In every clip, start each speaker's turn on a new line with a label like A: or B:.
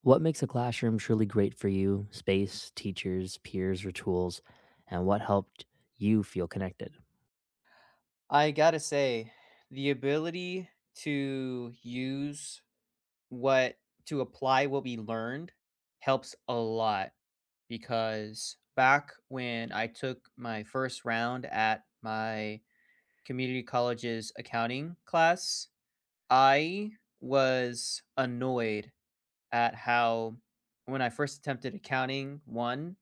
A: What makes a classroom truly great for you? Space, teachers, peers, or tools? And what helped you feel connected?
B: I gotta say, the ability to use what to apply what we learned helps a lot because back when I took my first round at my community college's accounting class, I was annoyed at how when I first attempted accounting one,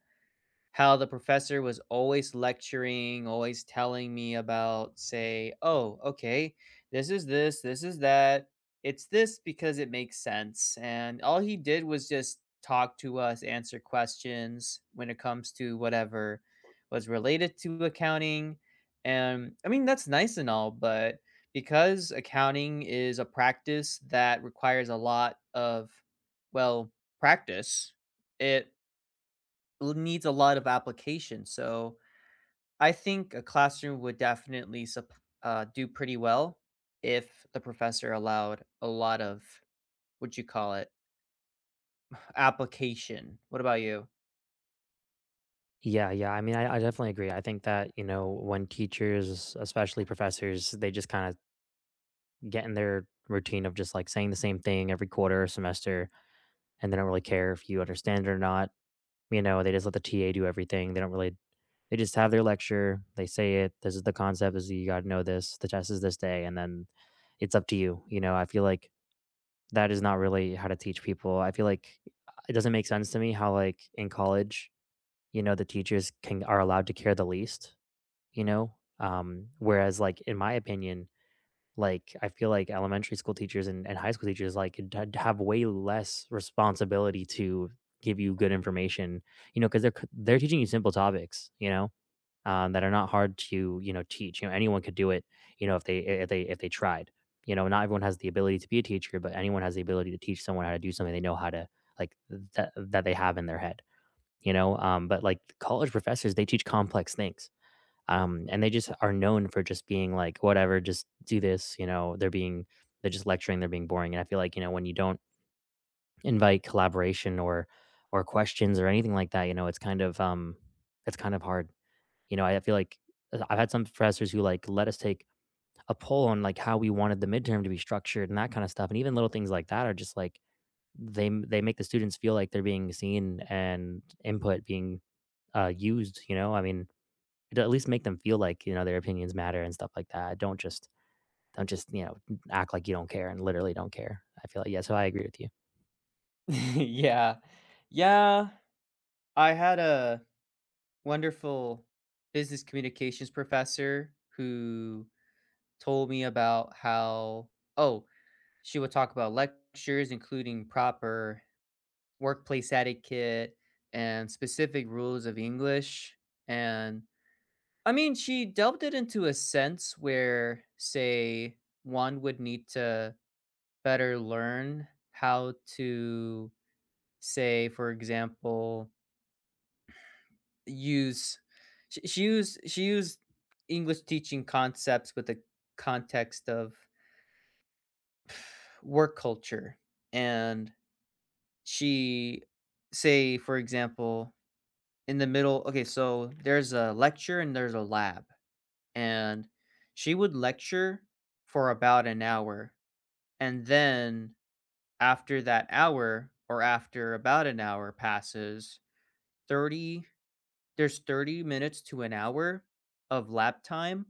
B: how the professor was always lecturing, always telling me about, say, oh, okay, this is this, this is that. It's this because it makes sense. And all he did was just talk to us, answer questions when it comes to whatever was related to accounting. And I mean, that's nice and all, but because accounting is a practice that requires a lot of, well, practice, it needs a lot of application. So I think a classroom would definitely do pretty well if the professor allowed a lot of what you call it application. What about you?
A: Yeah, yeah. I mean, I definitely agree. I think that, you know, when teachers, especially professors, they just kind of get in their routine of just like saying the same thing every quarter or semester, and they don't really care if you understand it or not. You know, they just let the TA do everything. They don't really, They just have their lecture. They say it. This is the concept. You got to know this. The test is this day. And then it's up to you. You know, I feel like That is not really how to teach people. I feel like it doesn't make sense to me how like in college, you know, the teachers can are allowed to care the least, you know? Whereas like in my opinion, like I feel like elementary school teachers and high school teachers like have way less responsibility to give you good information, you know, because they're teaching you simple topics, you know, that are not hard to, you know, teach. You know, anyone could do it. You know, if they if they tried. You know, not everyone has the ability to be a teacher, but anyone has the ability to teach someone how to do something they know how to, like, that they have in their head. You know, but like college professors, they teach complex things. And they just are known for just being like whatever, just do this. You know, they're just lecturing, they're being boring. And I feel like, you know, when you don't invite collaboration or questions or anything like that, you know, it's kind of hard, you know, I feel like I've had some professors who like let us take a poll on like how we wanted the midterm to be structured and that kind of stuff. And even little things like that are just like they make the students feel like they're being seen and input being used. You know, I mean, it'll at least make them feel like, you know, their opinions matter and stuff like that. Don't just, you know, act like you don't care and literally don't care. I feel like, yeah. So I agree with you.
B: Yeah, yeah. I had a wonderful business communications professor who told me about how oh she would talk about lectures, including proper workplace etiquette and specific rules of English. And I mean, she delved it into a sense where, say, one would need to better learn how to, say, for example, use. She used English teaching concepts with the context of work culture, and she, say, for example, in the middle okay, so there's a lecture and there's a lab, and she would lecture for about an hour, and then after that hour or after about an hour passes, 30 there's 30 minutes to an hour of lab time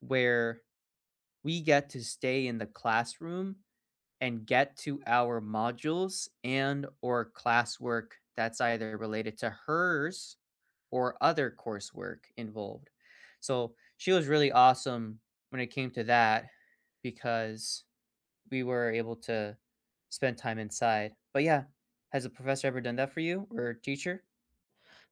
B: where we get to stay in the classroom and get to our modules and/or classwork that's either related to hers or other coursework involved. So she was really awesome when it came to that because we were able to spend time inside. But yeah, has a professor ever done that for you or a teacher?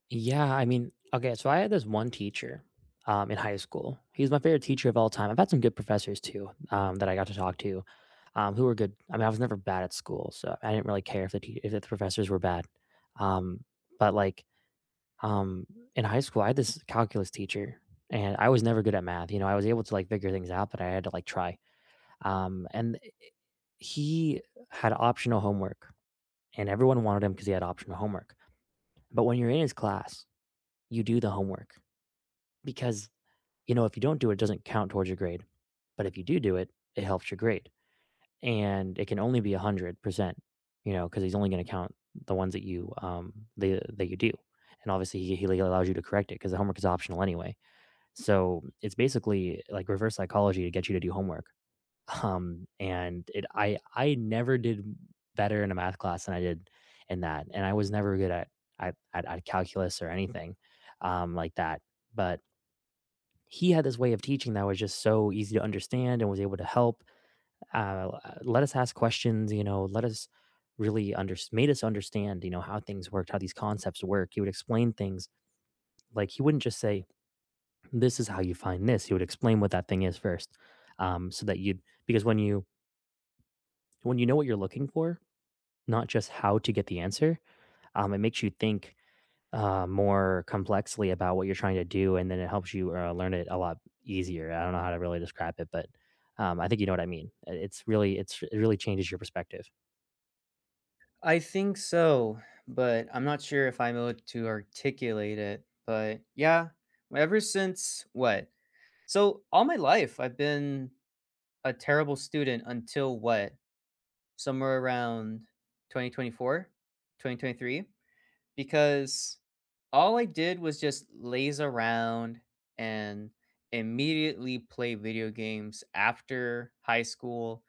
A: Yeah, I mean, okay, so I had this one teacher in high school. He was my favorite teacher of all time. I've had some good professors too, that I got to talk to, who were good. I mean, I was never bad at school, so I didn't really care if if the professors were bad. Um, but like um, in high school, I had this calculus teacher, and I was never good at math. You know, I was able to like figure things out, but I had to like try. And he had optional homework, and everyone wanted him because he had optional homework. But when you're in his class, you do the homework because, you know, if you don't do it, it doesn't count towards your grade. But if you do do it, it helps your grade. And it can only be 100%, you know, because he's only going to count the ones that you, that you do. And obviously allows you to correct it because the homework is optional anyway. So it's basically like reverse psychology to get you to do homework. And I never did better in a math class than I did in that. And I was never good at calculus or anything, like that. But he had this way of teaching that was just so easy to understand and was able to help, let us ask questions, you know, let us really under made us understand, you know, how things worked, how these concepts work. He would explain things, like he wouldn't just say, this is how you find this. He would explain what that thing is first, so that you'd because when you, when you know what you're looking for, not just how to get the answer, it makes you think more complexly about what you're trying to do, and then it helps you learn it a lot easier. I don't know how to really describe it, but I think you know what I mean. It's really, it's it really changes your perspective.
B: I think so, but I'm not sure if I'm able to articulate it. But yeah, ever since what? So all my life, I've been a terrible student until what? Somewhere around 2024, 2023. Because all I did was just laze around and immediately play video games after high school.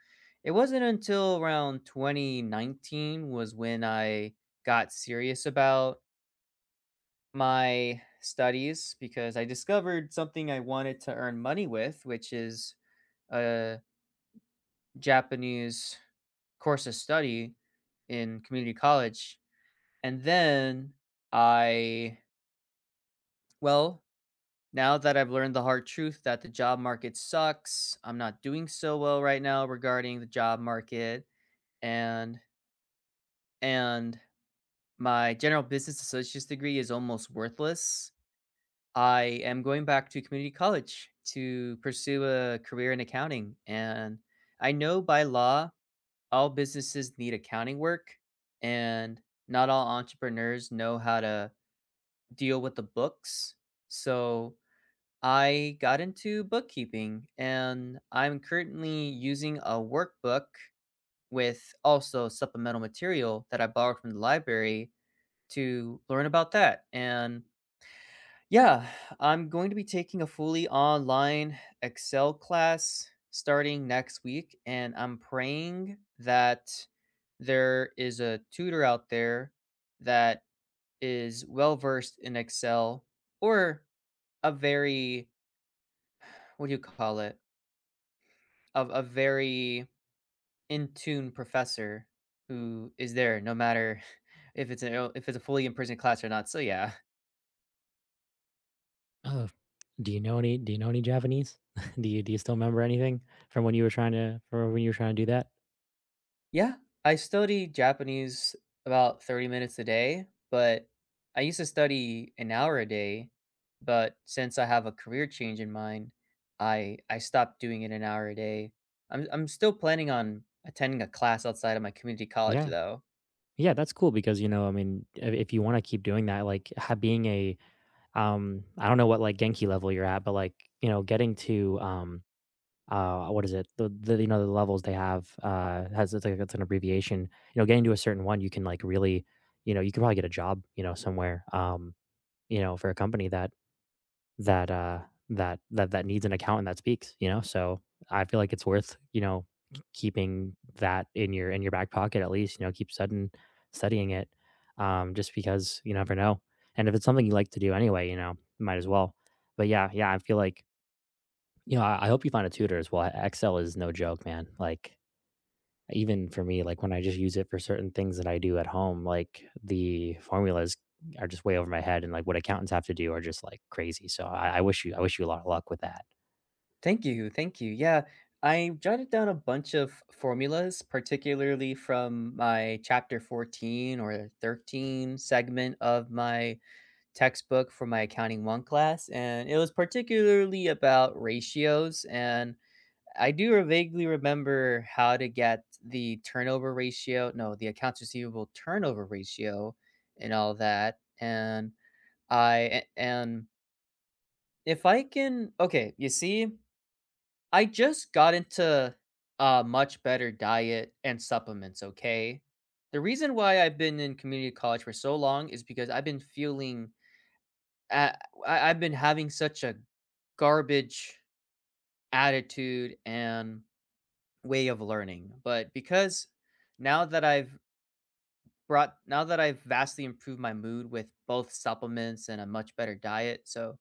B: It wasn't until around 2019 was when I got serious about my studies because I discovered something I wanted to earn money with, which is a Japanese course of study in community college. And then I, well, now that I've learned the hard truth that the job market sucks, I'm not doing so well right now regarding the job market and and my general business associate's degree is almost worthless. I am going back to community college to pursue a career in accounting and I know by law all businesses need accounting work and not all entrepreneurs know how to deal with the books. So I got into bookkeeping and I'm currently using a workbook with also supplemental material that I borrowed from the library to learn about that. And yeah, I'm going to be taking a fully online Excel class starting next week. And I'm praying that there is a tutor out there that is well versed in Excel or a very, what do you call it? Of a very in tune professor who is there no matter if it's a fully in person class or not. So yeah,
A: Oh, do you know any? Do you know any Japanese? Do you, do you still remember anything from when you were trying to, do that?
B: yeah, I study Japanese about 30 minutes a day, but I used to study an hour a day. But since I have a career change in mind, I stopped doing it an hour a day. I'm still planning on attending a class outside of my community college
A: Yeah,
B: though.
A: yeah, that's cool because, you know, I mean, if you want to keep doing that, like, ha- being a I don't know what like Genki level you're at, but like, you know, getting to what is it? The, you know, the levels they have, has, it's like it's an abbreviation. You know, getting to a certain one, you can like really, you know, you can probably get a job, you know, somewhere, you know, for a company that that, uh, that needs an accountant that speaks, you know? So, I feel like it's worth, you know, keeping that in your back pocket at least, you know, keep studying, studying it, just because you never know. And if it's something you like to do anyway, you know, might as well. But yeah, yeah, I feel like, you know, I hope you find a tutor as well. E Excel is no joke, man. Like, even for me, like when I just use it for certain things that I do at home, like the formulas are just way over my head, and like what accountants have to do are just like crazy. So I wish you, I wish you a lot of luck with that.
B: Thank you, thank you. Yeah, I jotted down a bunch of formulas, particularly from my chapter 14 or 13 segment of my textbook for my accounting 1 class, and it was particularly about ratios and I do vaguely remember how to get the turnover ratio, no, the accounts receivable turnover ratio and all that. And I and if I can, okay, you see I just got into a much better diet and supplements, okay? The reason why I've been in community college for so long is because I've been feeling uh, I've been having such a garbage attitude and way of learning. But because now that I've now that I've vastly improved my mood with both supplements and a much better diet, so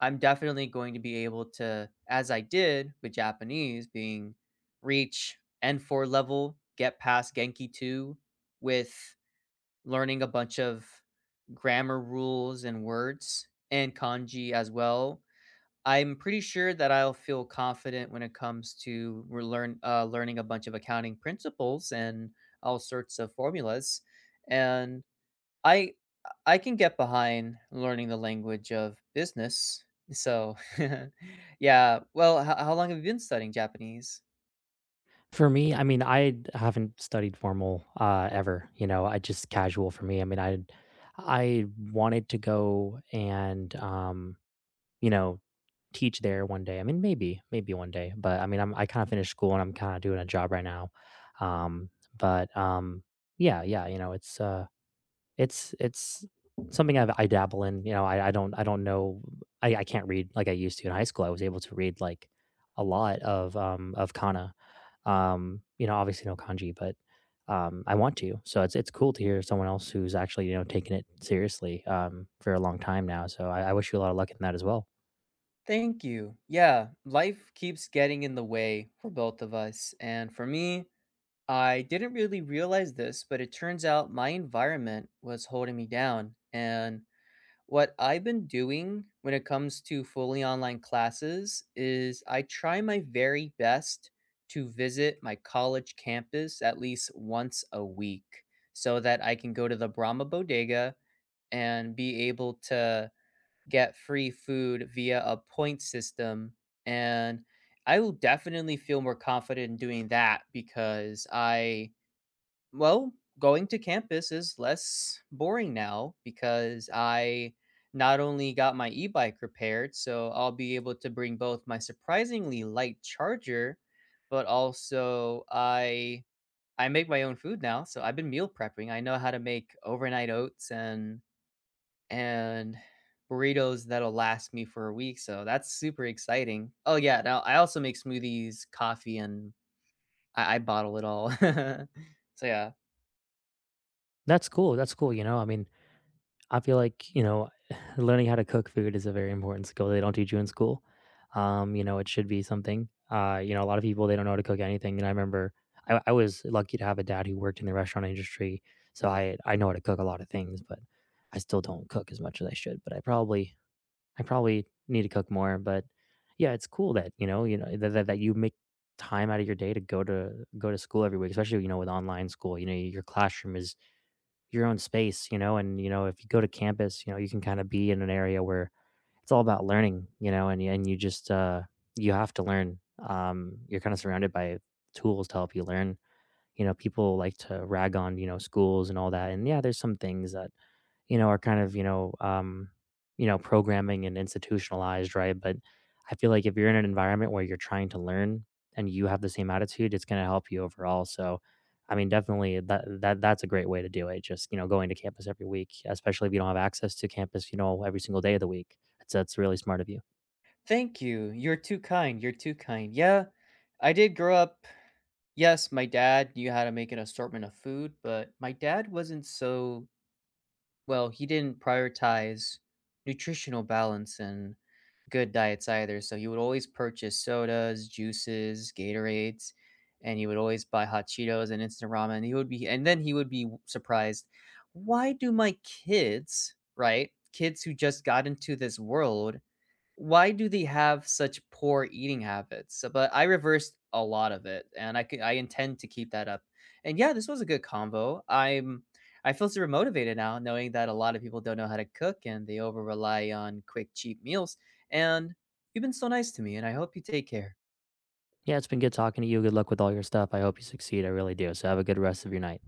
B: I'm definitely going to be able to, as I did with Japanese, being reach N4 level, get past Genki 2 with learning a bunch of grammar rules and words and kanji as well. I'm pretty sure that I'll feel confident when it comes to learning a bunch of accounting principles and all sorts of formulas. And I I can get behind learning the language of business. So, yeah. Well, how long have you been studying Japanese?
A: For me, I mean, I haven't studied formal, ever. You know, I just casual for me. I mean, I wanted to go and, you know, teach there one day. I mean, maybe maybe one day, but I mean, I kind of finished school and I'm kind of doing a job right now. Um, but yeah, yeah, you know, it's something I dabble in, you know, I, I don't know, I can't read like I used to in high school. I was able to read, like, a lot of kana. You know, obviously no kanji, but, I want to. So it's cool to hear someone else who's actually, you know, taking it seriously, for a long time now. So I wish you a lot of luck in that as well.
B: Thank you. Yeah, life keeps getting in the way for both of us. And for me, I didn't really realize this, but it turns out my environment was holding me down. And what I've been doing when it comes to fully online classes is I try my very best to visit my college campus at least once a week so that I can go to the Brahma Bodega and be able to get free food via a point system. And I will definitely feel more confident in doing that because I well, going to campus is less boring now because I not only got my e bike repaired, so I'll be able to bring both my surprisingly light charger, but also I. I make my own food now, so I've been meal prepping. I know how to make overnight oats and and burritos that'll last me for a week, so that's super exciting. Oh yeah, now I also make smoothies, coffee, and I bottle it all. So yeah,
A: That's cool, you know, I mean, I feel like, you know, learning how to cook food is a very important skill they don't teach you in school. You know, it should be something. You know, a lot of people they don't know how to cook anything. And I remember I was lucky to have a dad who worked in the restaurant industry, so I know how to cook a lot of things, but I still don't cook as much as I should. But I probably need to cook more. But yeah, it's cool that you know, you know, that that you make time out of your day to go to school every week, especially, you know, with online school. You know, your classroom is your own space, you know, and, you know, if you go to campus, you know, you can kind of be in an area where it's all about learning, you know, and you just you have to learn. You're kind of surrounded by tools to help you learn. You know, people like to rag on, you know, schools and all that. And yeah, there's some things that, you know, are kind of, you know, programming and institutionalized, right? But I feel like if you're in an environment where you're trying to learn and you have the same attitude, it's going to help you overall. So, I mean, definitely that's a great way to do it. Just, you know, going to campus every week, especially if you don't have access to campus, you know, every single day of the week. That's really smart of you.
B: thank you. You're too kind, you're too kind. Yeah, I did grow up yes, my dad knew how to make an assortment of food, but my dad wasn't so well, he didn't prioritize nutritional balance and good diets either, so he would always purchase sodas, juices, Gatorades, and he would always buy hot Cheetos and instant ramen, he would be and then he would be surprised, "Why do my kids" right? Kids who just got into this world why do they have such poor eating habits? So- but I reversed a lot of it, and I intend to keep that up. And yeah, this was a good combo. I'm I feel super motivated now, knowing that a lot of people don't know how to cook and they over rely on quick, cheap meals. And you've been so nice to me, and I hope you take care.
A: Yeah, it's been good talking to you. Good luck with all your stuff. I hope you succeed. I really do. So have a good rest of your night.